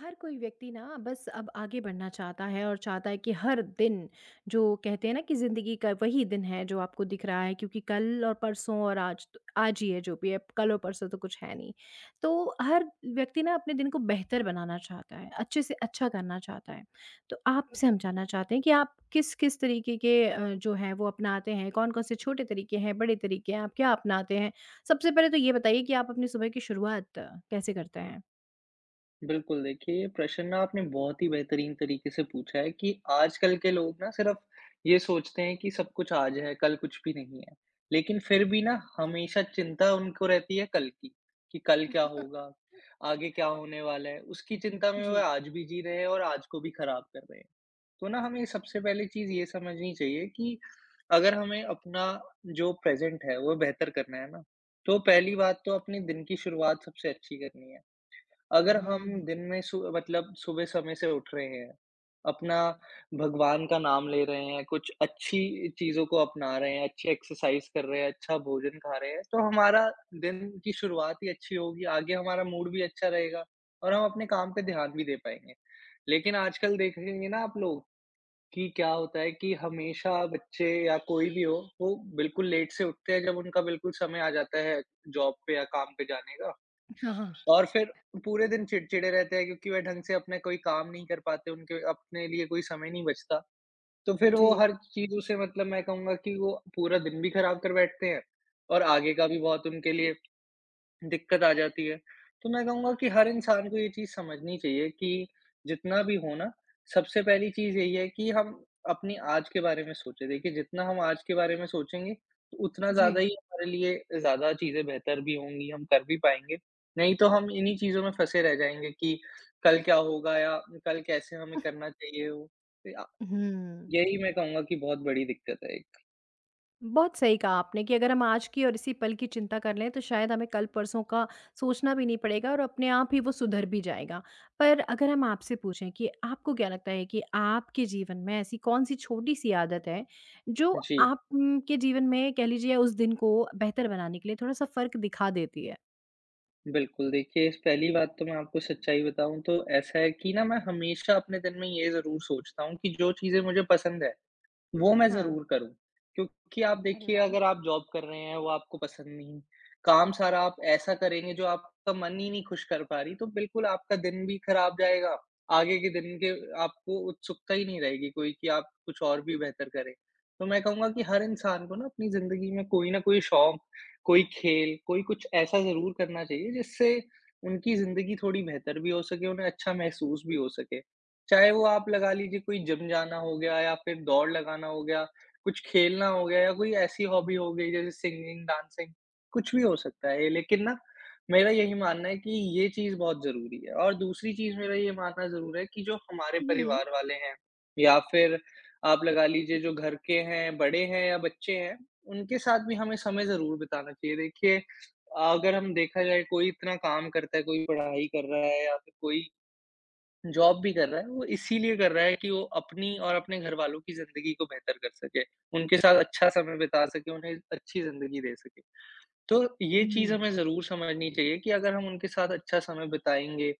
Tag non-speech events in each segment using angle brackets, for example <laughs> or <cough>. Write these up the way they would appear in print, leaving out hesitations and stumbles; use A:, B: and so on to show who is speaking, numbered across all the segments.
A: हर कोई व्यक्ति ना बस अब आगे बढ़ना चाहता है और चाहता है कि हर दिन जो कहते हैं ना कि ज़िंदगी का वही दिन है जो आपको दिख रहा है क्योंकि कल और परसों और आज तो आज ही है जो भी है कल और परसों तो कुछ है नहीं। तो हर व्यक्ति ना अपने दिन को बेहतर बनाना चाहता है, अच्छे से अच्छा करना चाहता है। तो आपसे हम जानना चाहते हैं कि आप किस किस तरीके के जो है वो अपनाते हैं, कौन कौन से छोटे तरीके हैं, बड़े तरीके हैं, आप क्या अपनाते हैं? सबसे पहले तो ये बताइए कि आप अपनी सुबह की शुरुआत कैसे करते हैं?
B: बिल्कुल, देखिए ये प्रश्न ना आपने बहुत ही बेहतरीन तरीके से पूछा है कि आजकल के लोग ना सिर्फ़ ये सोचते हैं कि सब कुछ आज है, कल कुछ भी नहीं है। लेकिन फिर भी ना हमेशा चिंता उनको रहती है कल की, कि कल क्या होगा?
A: <laughs>
B: आगे क्या होने वाला है? उसकी चिंता में
A: जी।
B: वह आज भी जी रहे हैं और आज को भी ख़राब कर रहे हैं। तो ना हमें सबसे पहली चीज़ ये समझनी चाहिए कि अगर हमें अपना जो प्रेज़ेंट है वो बेहतर करना है ना, तो पहली बात तो अपने दिन की शुरुआत सबसे अच्छी करनी है। अगर हम
A: हुँ।
B: दिन में सु मतलब सुबह समय से उठ रहे हैं, अपना भगवान का नाम ले रहे हैं, कुछ अच्छी चीज़ों को अपना रहे हैं, अच्छी एक्सरसाइज कर रहे हैं, अच्छा भोजन खा रहे हैं, तो हमारा दिन की शुरुआत ही अच्छी होगी, आगे हमारा मूड भी अच्छा रहेगा और हम अपने काम पे ध्यान भी दे पाएँगे। लेकिन आजकल देखेंगे ना आप लोग कि क्या होता है कि हमेशा बच्चे या कोई भी हो, वो बिल्कुल लेट से उठते हैं जब उनका बिल्कुल समय आ जाता है जॉब पे या काम पे जाने का,
A: हाँ, हाँ।
B: और फिर पूरे दिन चिड़चिड़े रहते हैं क्योंकि वह ढंग से अपना कोई काम नहीं कर पाते, उनके अपने लिए कोई समय नहीं बचता। तो फिर वो
A: जी।
B: हर चीज़ों से मतलब मैं कहूँगा कि वो पूरा दिन भी खराब कर बैठते हैं और आगे का भी बहुत उनके लिए दिक्कत आ जाती है। तो मैं कहूँगा कि हर इंसान को ये चीज़ समझनी चाहिए कि जितना भी हो ना, सबसे पहली चीज़ यही है कि हम अपनी आज के बारे में सोचें। देखिए, जितना हम आज के बारे में सोचेंगे, तो उतना ज़्यादा
A: जी।
B: ही हमारे लिए ज़्यादा चीज़ें बेहतर भी होंगी, हम कर भी पाएँगे। नहीं तो हम इन्हीं चीज़ों में फँसे रह जाएँगे कि कल क्या होगा या कल कैसे हमें करना चाहिए वो। तो
A: हुँ,
B: यही मैं कहूँगा कि बहुत बड़ी दिक्कत है एक।
A: बहुत सही कहा आपने कि अगर हम आज की और इसी पल की चिंता कर लें, तो शायद हमें कल-परसों का सोचना भी नहीं पड़ेगा और अपने आप ही वो सुधर भी जाएगा। पर अगर हम आपसे पूछें कि आपको क्या लगता है कि आपके जीवन में ऐसी कौन-सी छोटी-सी आदत है, जो
B: जी।
A: आप के जीवन में कह लीजिए उस दिन को बेहतर बनाने के लिए थोड़ा-सा फ़र्क दिखा देती है?
B: बिल्कुल, देखिए इस पहली बात तो मैं आपको सच्चाई बताऊँ तो ऐसा है कि ना मैं हमेशा अपने दिन में ये ज़रूर सोचता हूँ कि जो चीज़ें मुझे पसंद है, वो मैं
A: हाँ।
B: ज़रूर करूँ, क्योंकि आप
A: अरे
B: देखिए
A: वाह!
B: अगर आप जॉब कर रहे हैं, वो आपको पसंद नहीं, काम सारा आप ऐसा करेंगे जो आपका मन ही नहीं खुश कर पा रही, तो बिल्कुल आपका दिन भी खराब जाएगा, आगे के दिन के आपको उत्सुकता ही नहीं रहेगी कोई कि आप कुछ और भी बेहतर करें। तो मैं कहूँगा कि हर इंसान को ना अपनी ज़िंदगी में कोई ना कोई शौक, कोई खेल, कोई कुछ ऐसा ज़रूर करना चाहिए जिससे उनकी ज़िंदगी थोड़ी बेहतर भी हो सके, उन्हें अच्छा महसूस भी हो सके। चाहे वो आप लगा लीजिए कोई जिम जाना हो गया या फिर दौड़ लगाना हो गया, कुछ खेलना हो गया या कोई ऐसी हॉबी हो गई जैसे सिंगिंग, डांसिंग, कुछ भी हो सकता है। लेकिन ना मेरा यही मानना है कि ये चीज़ बहुत ज़रूरी है और दूसरी चीज़ मेरा ये मानना ज़रूर है कि जो हमारे
A: हुँ।
B: परिवार वाले हैं या फिर आप लगा लीजिए जो घर के हैं, बड़े हैं या बच्चे हैं, उनके साथ भी हमें समय ज़रूर बिताना चाहिए। देखिए, अगर हम देखा जाए कोई इतना काम करता है, कोई पढ़ाई कर रहा है या फिर कोई जॉब भी कर रहा है, वो इसीलिए कर रहा है कि वो अपनी और अपने घरवालों की ज़िंदगी को बेहतर कर सके, उनके साथ अच्छा समय बिता सके, उन्हें अच्छी ज़िंदगी दे सके। तो ये चीज़
A: हुँ।
B: हमें ज़रूर समझनी चाहिए कि अगर हम उनके साथ अच्छा समय बिताएँगे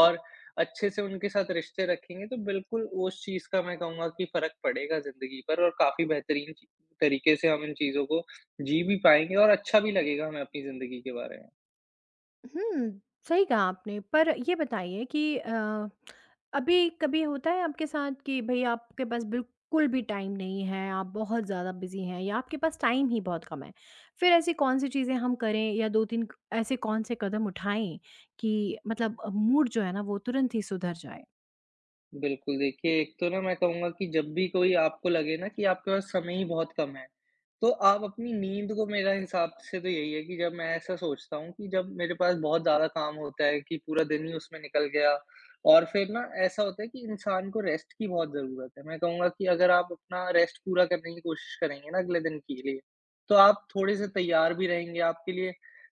B: और अच्छे से उनके साथ रिश्ते रखेंगे, तो बिल्कुल उस चीज़ का मैं कहूँगा कि फ़र्क पड़ेगा ज़िंदगी पर और काफ़ी बेहतरीन ची तरीके से हम इन चीज़ों को जी भी पाएँगे और अच्छा भी लगेगा हमें अपनी ज़िंदगी के बारे में।
A: हुँ, सही कहा आपने। पर ये बताइए कि अभी कभी होता है आपके साथ कि भई आपके पास बिल्कुल भी टाइम नहीं है, आप बहुत ज़्यादा बिज़ी हैं या आपके पास टाइम ही बहुत कम है। फिर ऐसी कौन-सी चीज़ें हम करें या 2-3 क ऐसे कौन से कदम उठाएँ कि मतलब मूड जो है ना वो तुरंत ही सुधर जाए?
B: बिल्कुल, देखिए एक तो ना मैं कहूँगा कि जब भी कोई आपको लगे ना कि आपके पास समय ही बहुत कम है, तो आप अपनी नींद को मेरा हिसाब से तो यही है कि जब मैं ऐसा सोचता हूँ कि जब मेरे पास बहुत ज़्यादा काम होता है कि पूरा दिन ही उसमें निकल गया और फिर ना ऐसा होता है कि इंसान को रेस्ट की बहुत ज़रूरत है। मैं कहूँगा कि अगर आप अपना रेस्ट पूरा करने की कोशिश करेंगे ना अगले दिन के लिए, तो आप थोड़े से तैयार भी रहेंगे, आपके लिए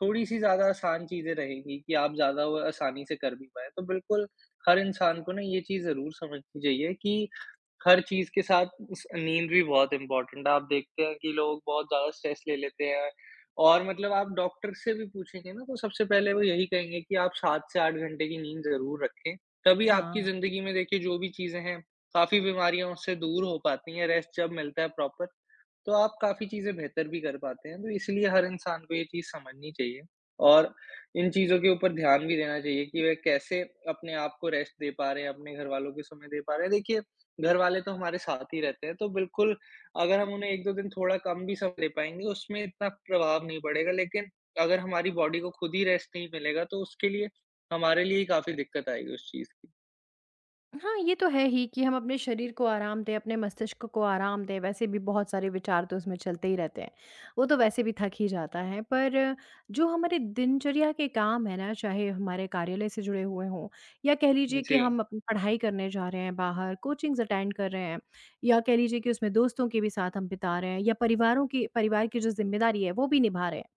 B: थोड़ी-सी ज़्यादा आसान चीज़ें रहेंगी कि आप ज़्यादा वो आसानी से कर भी पाएँ। तो बिल्कुल हर इंसान को ना ये चीज़ ज़रूर समझनी चाहिए कि हर चीज़ के साथ उस नींद भी बहुत इम्पोर्टेंट है। आप देखते हैं कि लोग बहुत ज़्यादा स्ट्रेस ले लेते हैं और मतलब आप डॉक्टर से भी पूछेंगे ना तो सबसे पहले वो यही कहेंगे कि आप 7 से 8 घंटे की नींद ज़रूर रखें। तभी आपकी
A: हाँ।
B: ज़िंदगी में देखिए जो भी चीज़ें हैं, काफ़ी बीमारियाँ उससे दूर हो पाती हैं, रेस्ट जब मिलता है प्रॉपर, तो आप काफ़ी चीज़ें बेहतर भी कर पाते हैं। तो इसलिए हर इंसान को ये चीज़ समझनी चाहिए और इन चीज़ों के ऊपर ध्यान भी देना चाहिए कि वह कैसे अपने आप को रेस्ट दे पा रहे हैं, अपने घरवालों को समय दे पा रहे हैं। देखिए घर वाले तो हमारे साथ ही रहते हैं, तो बिल्कुल अगर हम उन्हें 1-2 दिन थोड़ा कम भी समय दे पाएँगे, उसमें इतना प्रभाव नहीं पड़ेगा, लेकिन अगर हमारी बॉडी को खुद ही रेस्ट नहीं मिलेगा, तो उसके लिए हमारे लिए ही काफ़ी दिक्कत आएगी उस चीज़ की।
A: हाँ, ये तो है ही कि हम अपने शरीर को आराम दें, अपने मस्तिष्क को आराम दें, वैसे भी बहुत सारे विचार तो उसमें चलते ही रहते हैं। वो तो वैसे भी थक ही जाता है, पर जो हमारे दिनचर्या के काम हैं ना, चाहे हमारे कार्यालय से जुड़े हुए हों या कह लीजिए कि
B: जी,
A: हम अपनी पढ़ाई करने जा रहे हैं बाहर, कोचिंग्स अटेंड कर रहे हैं या कह लीजिए कि उसमें दोस्तों के भी साथ हम बिता रहे हैं या परिवार की जो ज़िम्मेदारी है, वो भी निभा रहे हैं।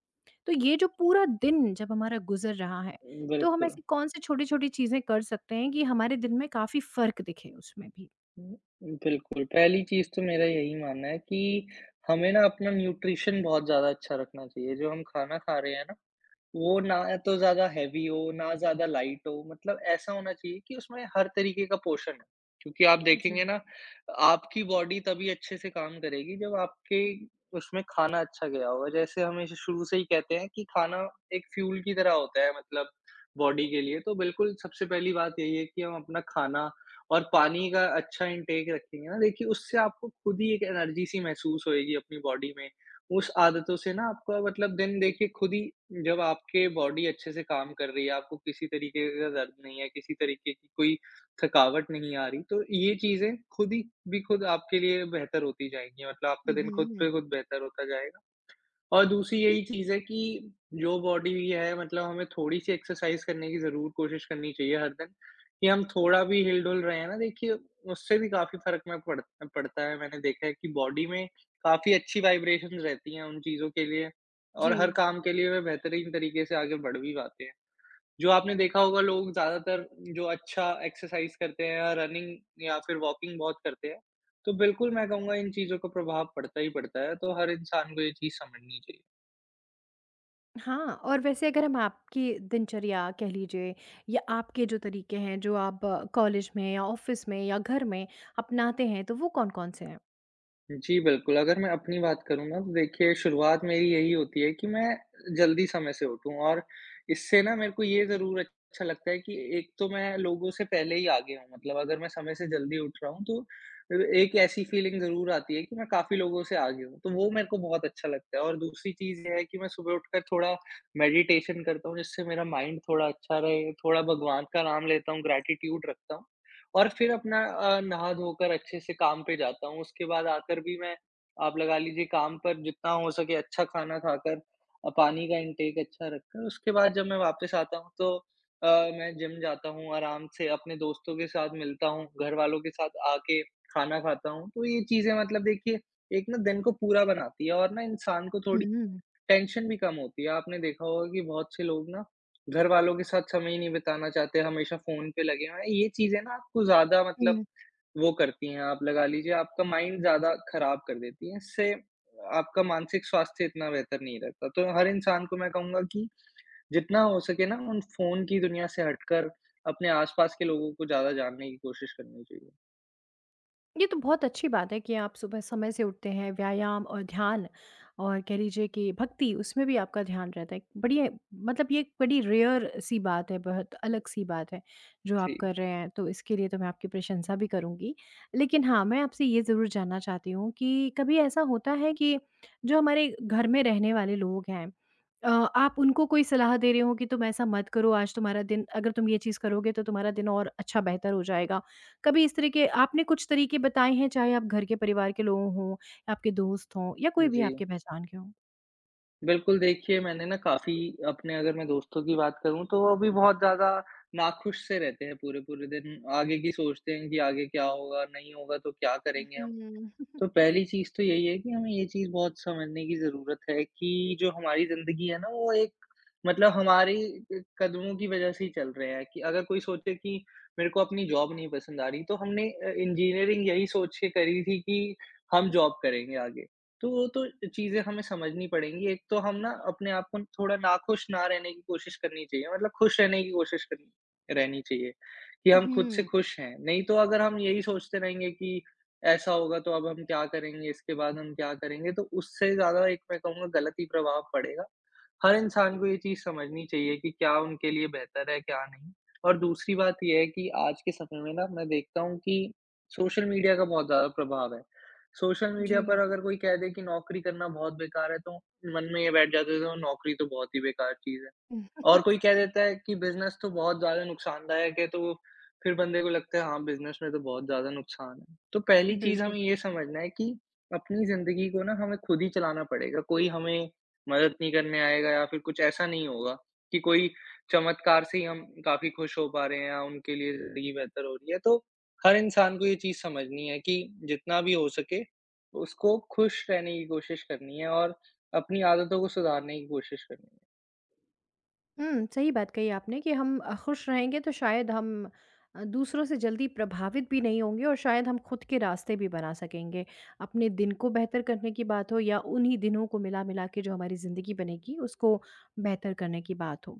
A: तो ये जो पूरा दिन जब हमारा गुजर रहा है, तो हम
B: बिल्कुल।
A: ऐसी कौन-सी छोटी-छोटी चीज़ें कर सकते हैं कि हमारे दिन में काफ़ी फ़र्क दिखे उसमें भी?
B: हुँ, बिल्कुल, पहली चीज़ तो मेरा यही मानना है कि हमें ना अपना न्यूट्रिशन बहुत ज़्यादा अच्छा रखना चाहिए, जो हम खाना खा रहे हैं ना, वो ना तो ज़्यादा हेवी हो, ना ज़्यादा लाइट हो, मतलब ऐसा होना चाहिए कि उसमें हर तरीके का पोषण हो। क्योंकि आप
A: जी।
B: देखेंगे ना, आपकी बॉडी तभी अच्छे से काम करेगी जब आपके उसमें खाना अच्छा गया होगा। जैसे हमेशा शुरू से ही कहते हैं कि खाना एक फ्यूल की तरह होता है मतलब बॉडी के लिए, तो बिल्कुल सबसे पहली बात यही है कि हम अपना खाना और पानी का अच्छा इंटेक रखेंगे ना, देखिए उससे आपको खुद ही एक एनर्जी सी महसूस होएगी अपनी बॉडी में उस आदतों से ना आपका मतलब दिन देखिए खुद ही जब आपके बॉडी अच्छे से काम कर रही है, आपको किसी तरीके का दर्द नहीं है, किसी तरीके की कोई थकावट नहीं आ रही, तो ये चीज़ें खुद ही भी खुद आपके लिए बेहतर होती जाएँगी, मतलब आपका दिन खुद
A: उहुँ।
B: पे खुद बेहतर होता जाएगा। और दूसरी यही चीज़ है कि जो बॉडी है मतलब हमें थोड़ी-सी एक्सरसाइज़ करने की ज़रूर कोशिश करनी चाहिए हर दिन, कि हम थोड़ा भी हिल-डुल रहे हैं ना देखिए उससे भी काफ़ी फ़र्क में पड़ता है। मैंने देखा है कि बॉडी में काफ़ी अच्छी वाइब्रेशंस रहती हैं उन चीज़ों के लिए और हर
A: जी।
B: काम के लिए वे बेहतरीन तरीके से आगे बढ़ भी पाते हैं। जो आपने देखा होगा लोग ज़्यादातर जो अच्छा एक्सरसाइज़ करते हैं या रनिंग या फिर वॉकिंग बहुत करते हैं, तो बिल्कुल मैं कहूँगा इन चीज़ों का प्रभाव पड़ता ही पड़ता है, तो हर इंसान को ये चीज़ समझनी चाहिए।
A: हाँ, और वैसे अगर हम आपकी दिनचर्या कह लीजिए या आपके जो तरीके हैं जो आप कॉलेज में या ऑफ़िस में या घर में अपनाते हैं, तो वो कौन-कौन से हैं?
B: जी, बिल्कुल, अगर मैं अपनी बात करूँ ना तो देखिए शुरुआत मेरी यही होती है कि मैं जल्दी समय से उठूँ और इससे ना मेरे को ये ज़रूर अच्छा लगता है कि एक तो मैं लोगों से पहले ही आगे हूँ मतलब अगर मैं समय से जल्दी उठ रहा हूँ तो एक ऐसी फीलिंग ज़रूर आती है कि मैं काफ़ी लोगों से आगे हूँ, तो वो मेरे को बहुत अच्छा लगता है और दूसरी चीज़ ये है कि मैं सुबह उठकर थोड़ा मेडिटेशन करता हूँ जिससे मेरा माइंड थोड़ा अच्छा रहे, थोड़ा भगवान का नाम लेता हूँ, ग्रैटिट्यूड रखता हूँ। और फिर अपना नहा धोकर अच्छे से काम पे जाता हूँ। उसके बाद आकर भी मैं आप लगा लीजिए काम पर जितना हो सके अच्छा खाना खाकर पानी का इंटेक अच्छा रखकर उसके बाद जब मैं वापस आता हूँ तो अ, मैं जिम जाता हूँ, आराम से अपने दोस्तों के साथ मिलता हूँ, घरवालों के साथ आके खाना खाता हूँ। तो ये चीज़ें मतलब देखिए एक ना दिन को पूरा बनाती है और ना इंसान को थोड़ी टेंशन भी कम होती है। आपने देखा होगा कि बहुत से लोग ना घरवालों के साथ समय ही नहीं बिताना चाहते, हमेशा फ़ोन पे लगे हुए हैं। ये चीज़ें ना आपको ज़्यादा मतलब
A: हुँ।
B: वो करती हैं, आप लगा लीजिए आपका माइंड ज़्यादा ख़राब कर देती हैं। इससे आपका मानसिक स्वास्थ्य इतना बेहतर नहीं रहता। तो हर इंसान को मैं कहूँगा कि जितना हो सके ना उन फ़ोन की दुनिया से हटकर अपने आस-पास के लोगों को ज़्यादा जानने की कोशिश करनी चाहिए।
A: ये तो बहुत अच्छी बात है कि आप सुबह समय से उठते हैं, व्यायाम और ध्यान और कह लीजिए कि भक्ति उसमें भी आपका ध्यान रहता है। बढ़िया, मतलब ये एक बड़ी रेयर सी बात है, बहुत अलग-सी बात है, जो आप
B: जी,
A: कर रहे हैं, तो इसके लिए तो मैं आपकी प्रशंसा भी करूँगी। लेकिन हाँ, मैं आपसे ये ज़रूर जानना चाहती हूँ कि कभी ऐसा होता है कि जो हमारे घर में रहने वाले लोग हैं, अ, आप उनको कोई सलाह दे रहे हो कि तुम ऐसा मत करो, आज तुम्हारा दिन, अगर तुम ये चीज़ करोगे तो तुम्हारा दिन और अच्छा बेहतर हो जाएगा। कभी इस तरह के आपने कुछ तरीके बताए हैं, चाहे आप घर के परिवार के लोग हों, आपके दोस्त हों या कोई भी
B: जी।
A: आपके पहचान के हों?
B: बिल्कुल, देखिए मैंने ना काफ़ी अपने अगर मैं दोस्तों की बात करूँ तो वो भी बहुत ज़्यादा नाखुश से रहते हैं पूरे-पूरे दिन। आगे की सोचते हैं कि आगे क्या होगा, नहीं होगा तो क्या करेंगे हम?
A: हुँ।
B: तो पहली चीज़ तो यही है कि हमें ये चीज़ बहुत समझने की ज़रूरत है कि जो हमारी ज़िंदगी है ना, वो एक मतलब हमारे क कदमों की वज़ह से ही चल रहे हैं कि अगर कोई सोचे कि मेरे को अपनी जॉब नहीं पसंद आ रही, तो हमने इंजीनियरिंग यही सोच के करी थी कि हम जॉब करेंगे आगे। तो वो तो चीज़ें हमें समझनी पड़ेंगी। एक तो हम ना अपने आप को थोड़ा नाखुश ना रहने की कोशिश करनी चाहिए, मतलब खुश रहने की कोशिश करनी रहनी चाहिए कि हम खुद से
A: हुँ।
B: खुश हैं। नहीं तो अगर हम यही सोचते रहेंगे कि ऐसा होगा, तो अब हम क्या करेंगे, इसके बाद हम क्या करेंगे? तो उससे ज़्यादा एक मैं कहूँगा गलत ही प्रभाव पड़ेगा। हर इंसान को ये चीज़ समझनी चाहिए कि क्या उनके लिए बेहतर है, क्या नहीं। और दूसरी बात ये है कि आज के समय में ना मैं देखता हूँ कि सोशल मीडिया का बहुत ज़्यादा प्रभाव है। सोशल
A: <laughs>
B: मीडिया
A: जी।
B: पर अगर कोई कह दे कि नौकरी करना बहुत बेकार है, तो मन में ये बैठ जाता है तो नौकरी तो बहुत ही बेकार चीज़ है। और कोई
A: <laughs>
B: कह देता है कि बिज़नेस तो बहुत ज़्यादा नुकसानदायक है, तो फिर बंदे को लगता है हाँ, बिज़नेस में तो बहुत ज़्यादा नुकसान है। तो पहली चीज़
A: बिल्कुल।
B: हमें ये समझना है कि अपनी ज़िंदगी को ना हमें खुद ही चलाना पड़ेगा, कोई हमें मदद नहीं करने आएगा या फिर कुछ ऐसा नहीं होगा कि कोई चमत्कार से ही हम काफ़ी खुश हो पा रहे हैं या उनके लिए ज़िंदगी बेहतर हो रही है। तो हर इंसान को ये चीज़ समझनी है कि जितना भी हो सके, उसको खुश रहने की कोशिश करनी है और अपनी आदतों को सुधारने की कोशिश करनी है।
A: हुँ, सही बात कही आपने कि हम खुश रहेंगे तो शायद हम दूसरों से जल्दी प्रभावित भी नहीं होंगे और शायद हम खुद के रास्ते भी बना सकेंगे। अपने दिन को बेहतर करने की बात हो या उन्हीं दिनों को मिला-मिला के जो हमारी ज़िंदगी बनेगी उसको बेहतर करने की बात हो।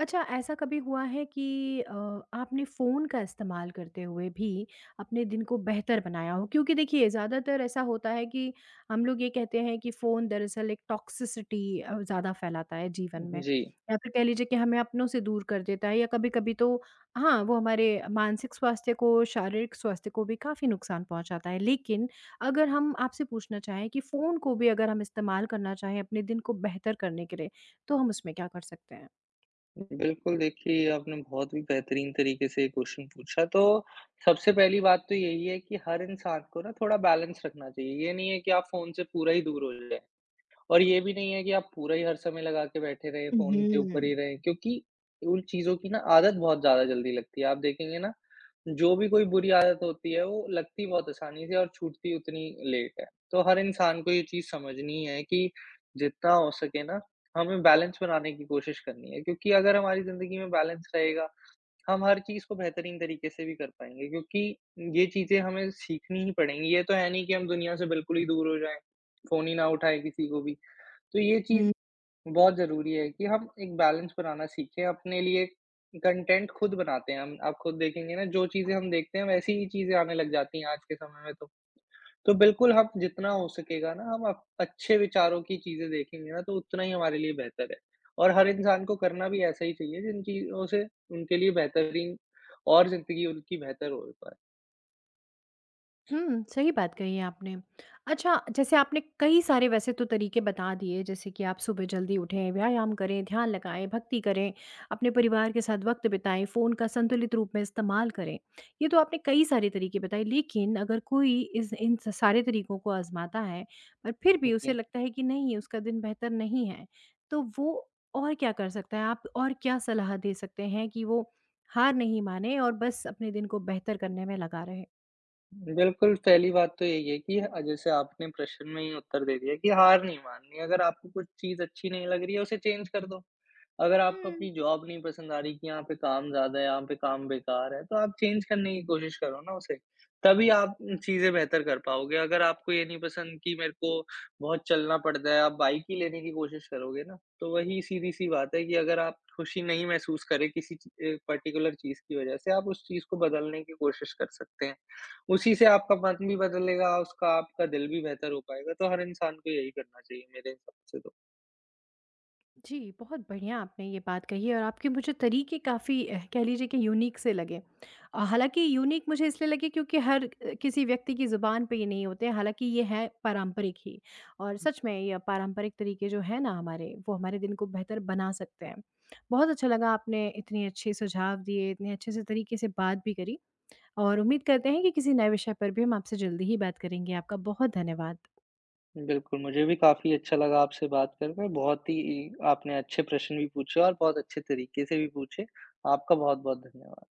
A: अच्छा, ऐसा कभी हुआ है कि अ, आपने फ़ोन का इस्तेमाल करते हुए भी अपने दिन को बेहतर बनाया हो? क्योंकि देखिए, ज़्यादातर ऐसा होता है कि हम लोग ये कहते हैं कि फ़ोन दरअसल एक टॉक्सिसिटी ज़्यादा फैलाता है जीवन में
B: जी।
A: या फिर कह लीजिए कि हमें अपनों से दूर कर देता है या कभी-कभी तो हाँ, वो हमारे मानसिक स्वास्थ्य को, शारीरिक स्वास्थ्य को भी काफ़ी नुकसान पहुँचाता है। लेकिन अगर हम आपसे पूछना चाहें कि फ़ोन को भी अगर हम इस्तेमाल करना चाहें अपने दिन को बेहतर करने के लिए, तो हम उसमें क्या कर सकते हैं?
B: बिल्कुल, देखिए, ये आपने बहुत ही बेहतरीन तरीके से ये क्वेश्चन पूछा। तो सबसे पहली बात तो यही है कि हर इंसान को ना थोड़ा बैलेंस रखना चाहिए। ये नहीं है कि आप फ़ोन से पूरा ही दूर हो जाएँ। और ये भी नहीं है कि आप पूरा ही हर समय लगा के बैठे रहें, फ़ोन के ऊपर
A: हुँ।
B: ही रहें, क्योंकि उन चीज़ों की ना आदत बहुत ज़्यादा जल्दी लगती है। आप देखेंगे ना, जो भी कोई बुरी आदत होती है, वो लगती बहुत आसानी से और छूटती उतनी लेट है। तो हर इंसान को ये चीज़ समझनी है कि जितना हो सके ना, हमें बैलेंस बनाने की कोशिश करनी है, क्योंकि अगर हमारी ज़िंदगी में बैलेंस रहेगा, हम हर चीज़ को बेहतरीन तरीके से भी कर पाएँगे, क्योंकि ये चीज़ें हमें सीखनी ही पड़ेंगी। ये तो है नहीं कि हम दुनिया से बिल्कुल ही दूर हो जाएँ, फ़ोन ही ना उठाएँ किसी को भी। तो ये चीज़
A: हुँ।
B: बहुत ज़रूरी है कि हम एक बैलेंस बनाना सीखें, अपने लिए कंटेंट खुद बनाते हैं हम। आप खुद देखेंगे ना, जो चीज़ें हम देखते हैं वैसी ही चीज़ें आने लग जाती हैं आज के समय में तो। तो बिल्कुल, हम जितना हो सकेगा ना, हम अप अच्छे विचारों की चीज़ें देखेंगे ना तो उतना ही हमारे लिए बेहतर है। और हर इंसान को करना भी ऐसा ही चाहिए, जिन चीज़ों से उनके लिए बेहतरीन और ज़िंदगी उनकी बेहतर हो पाए।
A: हुँ, सही बात कही है आपने। अच्छा, जैसे आपने कई सारे वैसे तो तरीके बता दिए जैसे कि आप सुबह जल्दी उठें, व्यायाम करें, ध्यान लगाएँ, भक्ति करें, अपने परिवार के साथ वक़्त बिताएँ, फ़ोन का संतुलित रूप में इस्तेमाल करें। ये तो आपने कई सारे तरीके बताए, लेकिन अगर कोई इस इन स सारे तरीकों को आज़माता है पर फिर भी उसे
B: जी।
A: लगता है कि नहीं उसका दिन बेहतर नहीं है, तो वो और क्या कर सकता है? आप और क्या सलाह दे सकते हैं कि वो हार नहीं माने और बस अपने दिन को बेहतर करने में लगा
B: बिल्कुल, पहली बात तो यही है कि जैसे आपने प्रश्न में ही उत्तर दे दिया कि हार नहीं माननी, अगर आपको कुछ चीज़ अच्छी नहीं लग रही है, उसे चेंज कर दो। अगर आपको
A: रहे?
B: अपनी जॉब नहीं पसंद आ रही कि यहाँ पे काम ज़्यादा है, यहाँ पे काम बेकार है, तो आप चेंज करने की कोशिश करो ना उसे, तभी आप चीज़ें बेहतर कर पाओगे। अगर आपको ये नहीं पसंद कि मेरे को बहुत चलना पड़ता है, आप बाइक ही लेने की कोशिश करोगे ना, तो वही सीधी-सी बात है कि अगर आप खुशी नहीं महसूस करें किसी पर्टिकुलर चीज़ की वजह से, आप उस चीज़ को बदलने की कोशिश कर सकते हैं। उसी से आपका मन भी बदलेगा, उसका आपका दिल भी बेहतर हो पाएगा, तो हर इंसान को यही करना चाहिए मेरे हिसाब से तो।
A: जी, बहुत बढ़िया आपने ये बात कही और आपके मुझे तरीके काफ़ी कह लीजिए कि यूनिक से लगे। हालाँकि यूनिक मुझे इसलिए लगे क्योंकि हर किसी व्यक्ति की ज़ुबान पे ये नहीं होते, हालाँकि ये हैं पारंपरिक ही। और सच में ये पारंपरिक तरीके जो हैं ना हमारे, वो हमारे दिन को बेहतर बना सकते हैं। बहुत अच्छा लगा आपने इतने अच्छे सुझाव दिए, इतने अच्छे से तरीके से बात भी करी और उम्मीद करते हैं कि किसी नए विषय पर भी हम आपसे जल्दी ही बात करेंगे। आपका बहुत धन्यवाद।
B: बिल्कुल, मुझे भी काफ़ी अच्छा लगा आपसे बात कर कर, बहुत ही आपने अच्छे प्रश्न भी पूछे और बहुत अच्छे तरीके से भी पूछे। आपका बहुत-बहुत धन्यवाद।